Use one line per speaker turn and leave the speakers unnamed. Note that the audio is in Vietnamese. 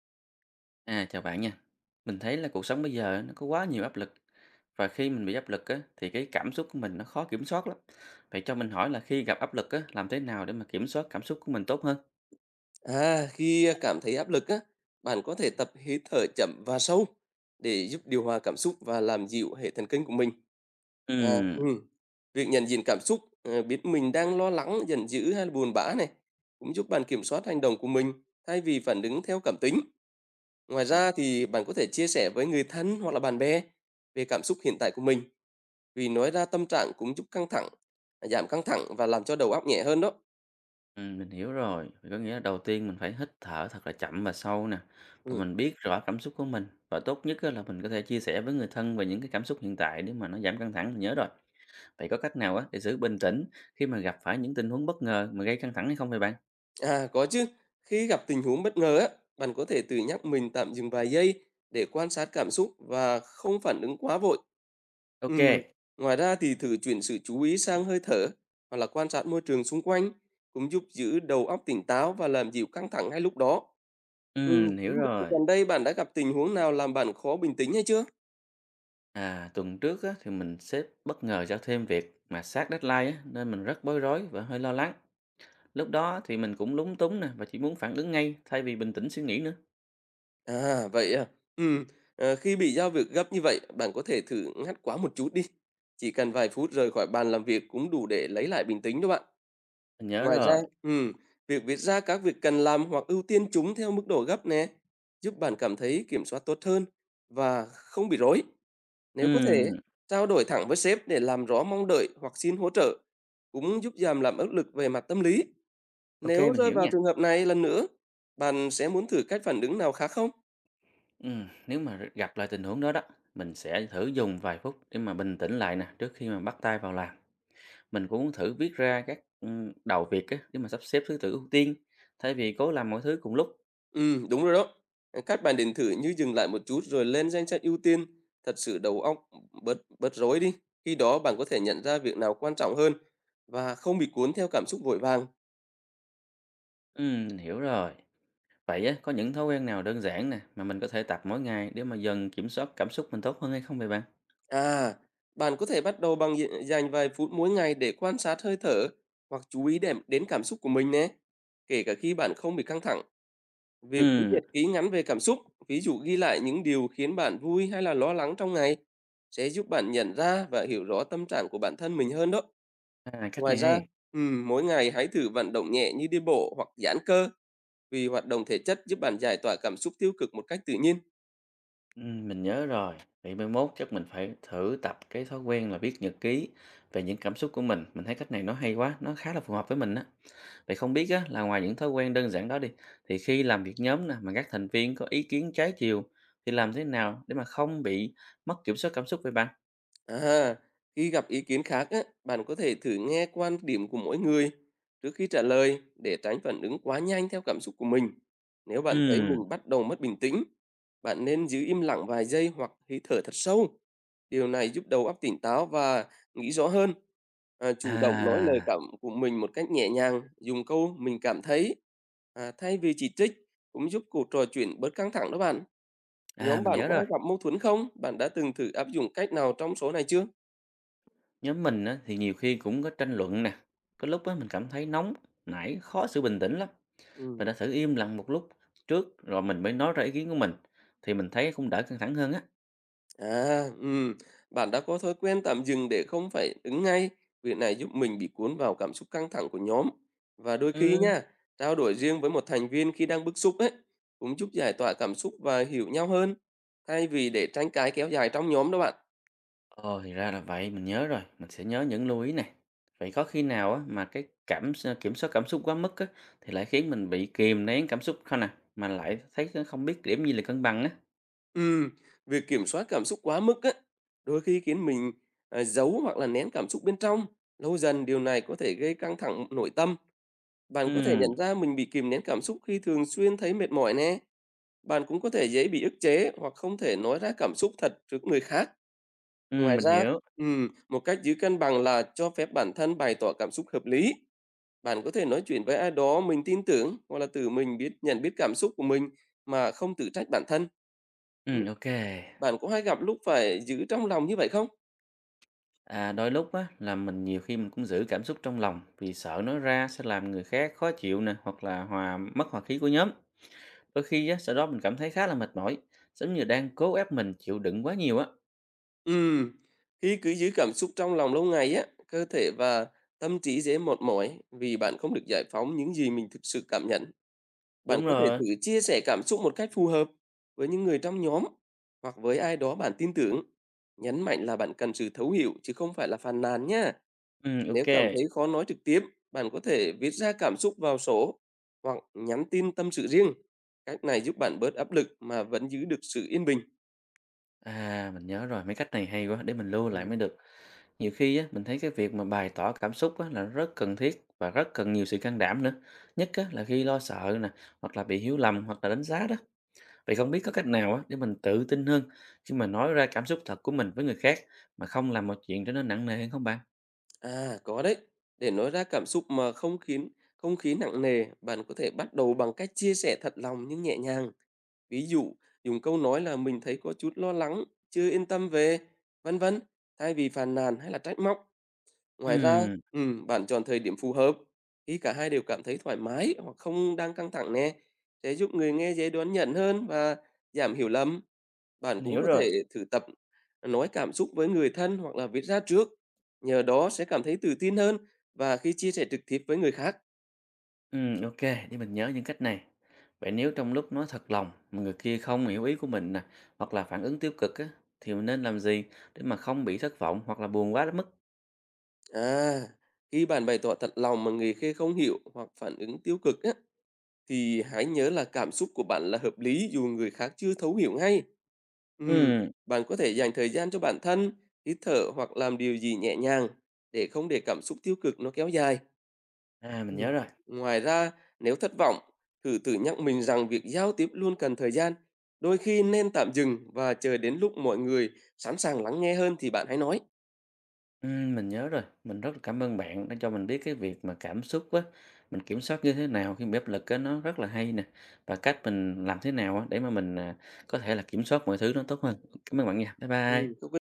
À, chào bạn nha. Mình thấy là cuộc sống bây giờ nó có quá nhiều áp lực và khi mình bị áp lực á, thì cái cảm xúc của mình nó khó kiểm soát lắm. Vậy cho mình hỏi là khi gặp áp lực á, làm thế nào để mà kiểm soát cảm xúc của mình tốt hơn?
Khi cảm thấy áp lực á, bạn có thể tập hít thở chậm và sâu để giúp điều hòa cảm xúc và làm dịu hệ thần kinh của mình. À,
Ừm,
ừ. Việc nhận diện cảm xúc, biết mình đang lo lắng, giận dữ hay là buồn bã này, cũng giúp bạn kiểm soát hành động của mình thay vì phản ứng theo cảm tính. Ngoài
à,
ra thì bạn có thể chia sẻ với người thân hoặc là bạn bè về cảm xúc hiện tại của mình, vì nói ra tâm trạng cũng giúp căng thẳng, giảm căng thẳng và làm cho đầu óc nhẹ hơn đó.
mình hiểu rồi. Vậy có nghĩa là đầu tiên mình phải hít thở thật là chậm và sâu nè và
Ừ.
mình biết rõ cảm xúc của mình và tốt nhất á, là mình có thể chia sẻ với người thân về những cái cảm xúc hiện tại để mà nó giảm căng thẳng. Mình nhớ rồi. Vậy có cách nào á, để giữ bình tĩnh khi mà gặp phải những tình huống bất ngờ mà gây căng thẳng hay không vậy bạn?
À, có chứ. Khi gặp tình huống bất ngờ á, bạn có thể tự nhắc mình tạm dừng vài giây để quan sát cảm xúc và không phản ứng quá vội. Ừ.
Ok.
Ngoài ra thì thử chuyển sự chú ý sang hơi thở hoặc là quan sát môi trường xung quanh cũng giúp giữ đầu óc tỉnh táo và làm dịu căng thẳng ngay lúc đó. Ừ.
Hiểu
Không biết là
rồi.
gần đây bạn đã gặp tình huống nào làm bạn khó bình tĩnh hay chưa?
À, tuần trước á, thì mình sếp bất ngờ giao thêm việc mà sát deadline á, nên mình rất bối rối và hơi lo lắng. Lúc đó thì mình cũng lúng túng nè và chỉ muốn phản ứng ngay thay vì bình tĩnh suy nghĩ nữa.
À, vậy à. Ừ. Khi bị giao việc gấp như vậy, bạn có thể thử ngắt quãng một chút đi. Chỉ cần vài phút rời khỏi bàn làm việc cũng đủ để lấy lại bình tĩnh đó bạn.
Mình nhớ
Ngoài ra,
rồi.
ừm, việc viết ra các việc cần làm hoặc ưu tiên chúng theo mức độ gấp nè, giúp bạn cảm thấy kiểm soát tốt hơn và không bị rối. Nếu có thể,
Ừm,
trao đổi thẳng với sếp để làm rõ mong đợi hoặc xin hỗ trợ cũng giúp giảm làm áp lực về mặt tâm lý.
ok
Nếu
mình
rơi
hiểu
vào
nha.
trường hợp này lần nữa, bạn sẽ muốn thử cách phản ứng nào khác không?
Nếu mà gặp lại tình huống đó đó, mình sẽ thử dùng vài phút để mà bình tĩnh lại nè trước khi mà bắt tay vào làm. Mình cũng muốn thử viết ra các đầu việc á, để mà sắp xếp thứ tự ưu tiên thay vì cố làm mọi thứ cùng lúc.
Ừ, đúng rồi đó. Ờ, các bạn đến thử như dừng lại một chút rồi lên danh sách ưu tiên, thật sự đầu óc bớt bớt rối đi. Khi đó bạn có thể nhận ra việc nào quan trọng hơn và không bị cuốn theo cảm xúc vội vàng.
Mình hiểu rồi. Vậy á, có những thói quen nào đơn giản nè mà mình có thể tập mỗi ngày để mà dần kiểm soát cảm xúc mình tốt hơn hay không vậy bạn?
À, bạn có thể bắt đầu bằng dành vài phút mỗi ngày để quan sát hơi thở hoặc chú ý đến cảm xúc của mình nhé. Kể cả khi bạn không bị căng thẳng, việc viết
Ừm,
nhật ký ngắn về cảm xúc, ví dụ ghi lại những điều khiến bạn vui hay là lo lắng trong ngày, sẽ giúp bạn nhận ra và hiểu rõ tâm trạng của bản thân mình hơn đó.
à, cách
Ngoài
này
ra,
hay.
mỗi ngày hãy thử vận động nhẹ như đi bộ hoặc giãn cơ vì hoạt động thể chất giúp bạn giải tỏa cảm xúc tiêu cực một cách tự nhiên.
Mình nhớ rồi. Vậy mai mốt chắc mình phải thử tập cái thói quen là viết nhật ký về những cảm xúc của mình. Mình thấy cách này nó hay quá, nó khá là phù hợp với mình á. Vậy không biết á, là ngoài những thói quen đơn giản đó đi, thì khi làm việc nhóm nè, mà các thành viên có ý kiến trái chiều thì làm thế nào để mà không bị mất kiểm soát cảm xúc vậy bạn?
À, khi gặp ý kiến khác á, bạn có thể thử nghe quan điểm của mỗi người trước khi trả lời để tránh phản ứng quá nhanh theo cảm xúc của mình. Nếu bạn thấy
Ừm,
mình bắt đầu mất bình tĩnh, bạn nên giữ im lặng vài giây hoặc hít thở thật sâu. Điều này giúp đầu óc tỉnh táo và nghĩ rõ hơn. À, chủ động nói
à,
lời cảm của mình một cách nhẹ nhàng, dùng câu mình cảm thấy thay vì chỉ trích cũng giúp cuộc trò chuyện bớt căng thẳng đó bạn. Nhóm
mình
bạn
nhớ
có
rồi.
hay gặp mâu thuẫn không? Bạn đã từng thử áp dụng cách nào trong số này chưa?
Nhóm mình á, thì nhiều khi cũng có tranh luận nè. Có lúc á, mình cảm thấy nóng, nảy, khó giữ bình tĩnh lắm. Mình
Ừm.
đã thử im lặng một lúc trước rồi mình mới nói ra ý kiến của mình. Thì mình thấy cũng đỡ căng thẳng hơn á.
À, ừm, Bạn đã có thói quen tạm dừng để không phải ứng ngay. Việc này giúp mình bị cuốn vào cảm xúc căng thẳng của nhóm. Và đôi khi
Ừ,
nha, trao đổi riêng với một thành viên khi đang bức xúc ấy, cũng giúp giải tỏa cảm xúc và hiểu nhau hơn, thay vì để tranh cãi kéo dài trong nhóm đó bạn.
ồ thì ra là vậy, mình nhớ rồi. Mình sẽ nhớ những lưu ý này. Vậy có khi nào á, mà cái cảm kiểm soát cảm xúc quá mức á, thì lại khiến mình bị kìm nén cảm xúc không nè? Mà lại thấy không biết điểm gì là cân bằng á.
Ừm, việc kiểm soát cảm xúc quá mức ấy, đôi khi khiến mình giấu hoặc là nén cảm xúc bên trong. Lâu dần điều này có thể gây căng thẳng nội tâm. Bạn có thể
Ừ,
nhận ra mình bị kìm nén cảm xúc khi thường xuyên thấy mệt mỏi nè. Bạn cũng có thể dễ bị ức chế hoặc không thể nói ra cảm xúc thật trước người khác.
ừ,
Ngoài
mình
ra,
hiểu.
một cách giữ cân bằng là cho phép bản thân bày tỏ cảm xúc hợp lý. Bạn có thể nói chuyện với ai đó mình tin tưởng hoặc là tự mình biết nhận biết cảm xúc của mình mà không tự trách bản thân.
Ừ,
Ừ,
ok.
bạn có hay gặp lúc phải giữ trong lòng như vậy không?
À, đôi lúc á, là mình nhiều khi mình cũng giữ cảm xúc trong lòng vì sợ nói ra sẽ làm người khác khó chịu nè hoặc là mất hòa khí của nhóm. Đôi khi á, sau đó mình cảm thấy khá là mệt mỏi, giống như đang cố ép mình chịu đựng quá nhiều á.
Ừm, Khi cứ giữ cảm xúc trong lòng lâu ngày á, cơ thể và tâm trí dễ mệt mỏi vì bạn không được giải phóng những gì mình thực sự cảm nhận. Bạn
Đúng
có thể
rồi.
thử chia sẻ cảm xúc một cách phù hợp với những người trong nhóm hoặc với ai đó bạn tin tưởng. Nhấn mạnh là bạn cần sự thấu hiểu chứ không phải là phàn nàn nhá.
Ừ,
Nếu
ok.
cảm thấy khó nói trực tiếp, bạn có thể viết ra cảm xúc vào sổ hoặc nhắn tin tâm sự riêng. Cách này giúp bạn bớt áp lực mà vẫn giữ được sự yên bình.
À, mình nhớ rồi, mấy cách này hay quá, để mình lưu lại
Ừ.
mới được. Nhiều khi á, mình thấy cái việc mà bày tỏ cảm xúc á, là rất cần thiết và rất cần nhiều sự can đảm nữa. Nhất á, là khi lo sợ nè, hoặc là bị hiểu lầm, hoặc là đánh giá đó. Vậy không biết có cách nào á để mình tự tin hơn khi mà nói ra cảm xúc thật của mình với người khác mà không làm mọi chuyện trở nên nặng nề hơn không bạn?
À, có đấy. Để nói ra cảm xúc mà không khiến không khí nặng nề, bạn có thể bắt đầu bằng cách chia sẻ thật lòng nhưng nhẹ nhàng. Ví dụ, dùng câu nói là mình thấy có chút lo lắng, chưa yên tâm về, vân vân, thay vì phàn nàn hay là trách móc. Ngoài ra,
Ừm,
bạn chọn thời điểm phù hợp, khi cả hai đều cảm thấy thoải mái hoặc không đang căng thẳng nè, sẽ giúp người nghe dễ đón nhận hơn và giảm hiểu lầm. Bạn
mình
cũng
hiểu
có
rồi.
thể thử tập nói cảm xúc với người thân hoặc là viết ra trước, nhờ đó sẽ cảm thấy tự tin hơn và khi chia sẻ trực tiếp với người khác.
Ok, để mình nhớ những cách này. Vậy nếu trong lúc nói thật lòng mà người kia không hiểu ý của mình nè, hoặc là phản ứng tiêu cực á, thì mình nên làm gì để mà không bị thất vọng hoặc là buồn quá đến mức?
À, khi bạn bày tỏ thật lòng mà người kia không hiểu hoặc phản ứng tiêu cực á, thì hãy nhớ là cảm xúc của bạn là hợp lý dù người khác chưa thấu hiểu ngay. Ừm,
Ừm,
bạn có thể dành thời gian cho bản thân, hít thở hoặc làm điều gì nhẹ nhàng để không để cảm xúc tiêu cực nó kéo dài.
à mình nhớ
Ừ.
rồi.
Ngoài ra, nếu thất vọng, thử tự nhắc mình rằng việc giao tiếp luôn cần thời gian. Đôi khi nên tạm dừng và chờ đến lúc mọi người sẵn sàng lắng nghe hơn thì bạn hãy nói.
Mình nhớ rồi, mình rất là cảm ơn bạn đã cho mình biết cái việc mà cảm xúc á, mình kiểm soát như thế nào khi bị áp lực á, nó rất là hay nè. Và cách mình làm thế nào á, để mà có thể là kiểm soát mọi thứ nó tốt hơn. Cảm ơn bạn nha, bye bye.
Ừ.